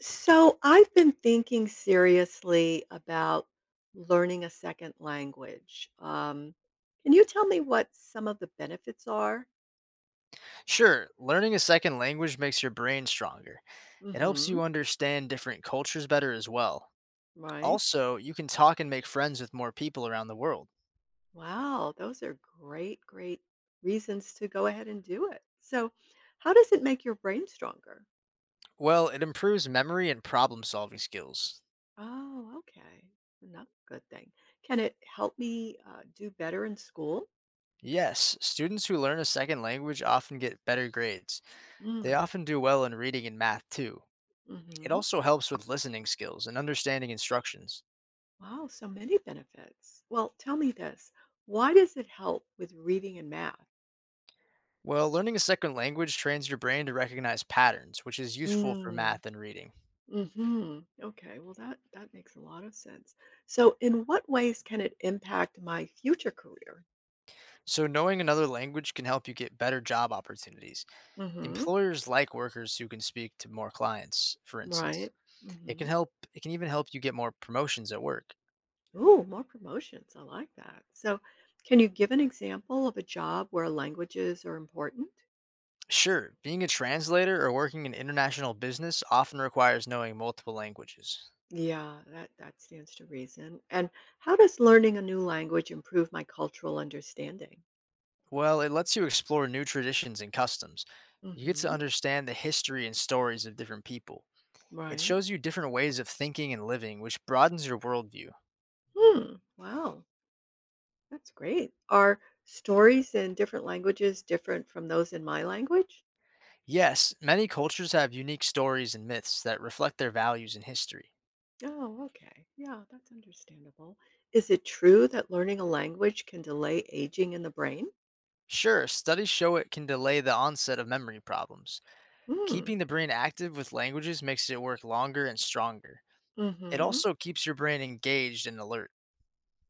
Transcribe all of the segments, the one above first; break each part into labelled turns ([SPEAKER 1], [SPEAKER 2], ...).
[SPEAKER 1] So I've been thinking seriously about learning a second language. Can you tell me what some of the benefits are?
[SPEAKER 2] Sure, learning a second language makes your brain stronger. It helps
[SPEAKER 1] Hmm.
[SPEAKER 2] you understand different cultures better as well.
[SPEAKER 1] Right.
[SPEAKER 2] Also, you can talk and make friends with more people around the world.
[SPEAKER 1] Wow, those are great, great reasons to go ahead and do it. So, how does it make your brain stronger?
[SPEAKER 2] Well, it improves memory and problem solving skills.
[SPEAKER 1] Oh, okay. Another good thing. Can it help me do better in school?
[SPEAKER 2] Yes, students who learn a second language often get better grades. They often do well in reading and math too. It
[SPEAKER 1] Mm-hmm.
[SPEAKER 2] also helps with listening skills and understanding instructions.
[SPEAKER 1] Wow, so many benefits. Well, tell me this. Why does it help with reading and math?
[SPEAKER 2] Well, learning a second language trains your brain to recognize patterns, which is useful for
[SPEAKER 1] Mm.
[SPEAKER 2] math and reading.
[SPEAKER 1] Hmm. Okay, well that makes a lot of sense. So in what ways can it impact my future career?
[SPEAKER 2] So, knowing another language can help you get better job opportunities.
[SPEAKER 1] Hmm.
[SPEAKER 2] Employers like workers who can speak to more clients, for instance.
[SPEAKER 1] Right.
[SPEAKER 2] It can
[SPEAKER 1] Hmm.
[SPEAKER 2] help it can even help you get more promotions at work.
[SPEAKER 1] Ooh, more promotions. I like that. So can you give an example of a job where languages are important?
[SPEAKER 2] Sure, being a translator or working in international business often requires knowing multiple languages.
[SPEAKER 1] Yeah, that stands to reason. And how does learning a new language improve my cultural understanding?
[SPEAKER 2] Well, it lets you explore new traditions and customs. You get to
[SPEAKER 1] Hmm.
[SPEAKER 2] understand the history and stories of different people. It
[SPEAKER 1] Right.
[SPEAKER 2] shows you different ways of thinking and living, which broadens your worldview.
[SPEAKER 1] Hmm. Wow. That's great. Are stories in different languages different from those in my language?
[SPEAKER 2] Yes, many cultures have unique stories and myths that reflect their values and history.
[SPEAKER 1] Oh, okay. Yeah, that's understandable. Is it true that learning a language can delay aging in the brain?
[SPEAKER 2] Sure, studies show it can delay the onset of memory problems.
[SPEAKER 1] Hmm.
[SPEAKER 2] Keeping the brain active with languages makes it work longer and stronger. It
[SPEAKER 1] Mm-hmm.
[SPEAKER 2] also keeps your brain engaged and alert.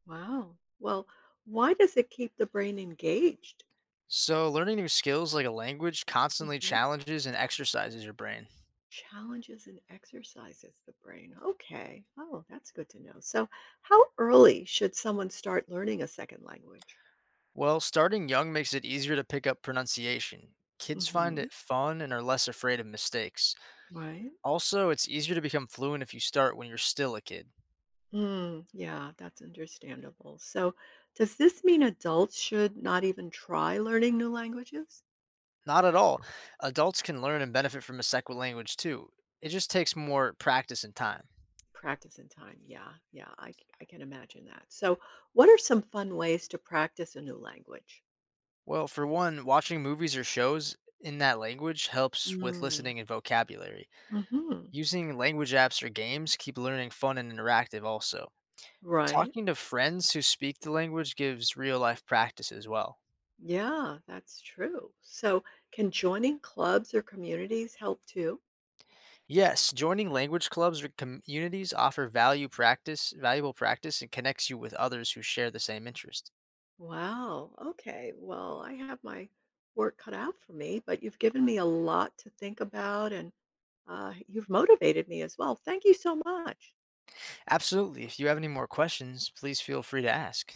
[SPEAKER 1] Wow. Well, why does it keep the brain engaged?
[SPEAKER 2] So, learning new skills like a language constantly
[SPEAKER 1] Mm-hmm.
[SPEAKER 2] challenges and exercises your brain.
[SPEAKER 1] Challenges and exercises the brain. Okay. Oh, that's good to know. So, how early should someone start learning a second language?
[SPEAKER 2] Well, starting young makes it easier to pick up pronunciation. Kids find
[SPEAKER 1] Mm-hmm.
[SPEAKER 2] it fun and are less afraid of mistakes.
[SPEAKER 1] Right.
[SPEAKER 2] Also, it's easier to become fluent if you start when you're still a kid.
[SPEAKER 1] Mm, yeah, that's understandable. So, does this mean adults should not even try learning new languages?
[SPEAKER 2] Not at all. Adults can learn and benefit from a second language too. It just takes more practice and time.
[SPEAKER 1] Practice and time. Yeah, yeah, I can imagine that. So, what are some fun ways to practice a new language?
[SPEAKER 2] Well, for one, watching movies or shows in that language helps with
[SPEAKER 1] Mm.
[SPEAKER 2] listening and vocabulary.
[SPEAKER 1] Hmm.
[SPEAKER 2] Using language apps or games keep learning fun and interactive also.
[SPEAKER 1] Right.
[SPEAKER 2] Talking to friends who speak the language gives real life practice as well.
[SPEAKER 1] Yeah, that's true. So, can joining clubs or communities help too?
[SPEAKER 2] Yes, joining language clubs or communities offer valuable practice and connects you with others who share the same interest.
[SPEAKER 1] Wow. Okay. Well, I have my work cut out for me, but you've given me a lot to think about, and you've motivated me as well. Thank you so much.
[SPEAKER 2] Absolutely. If you have any more questions, please feel free to ask.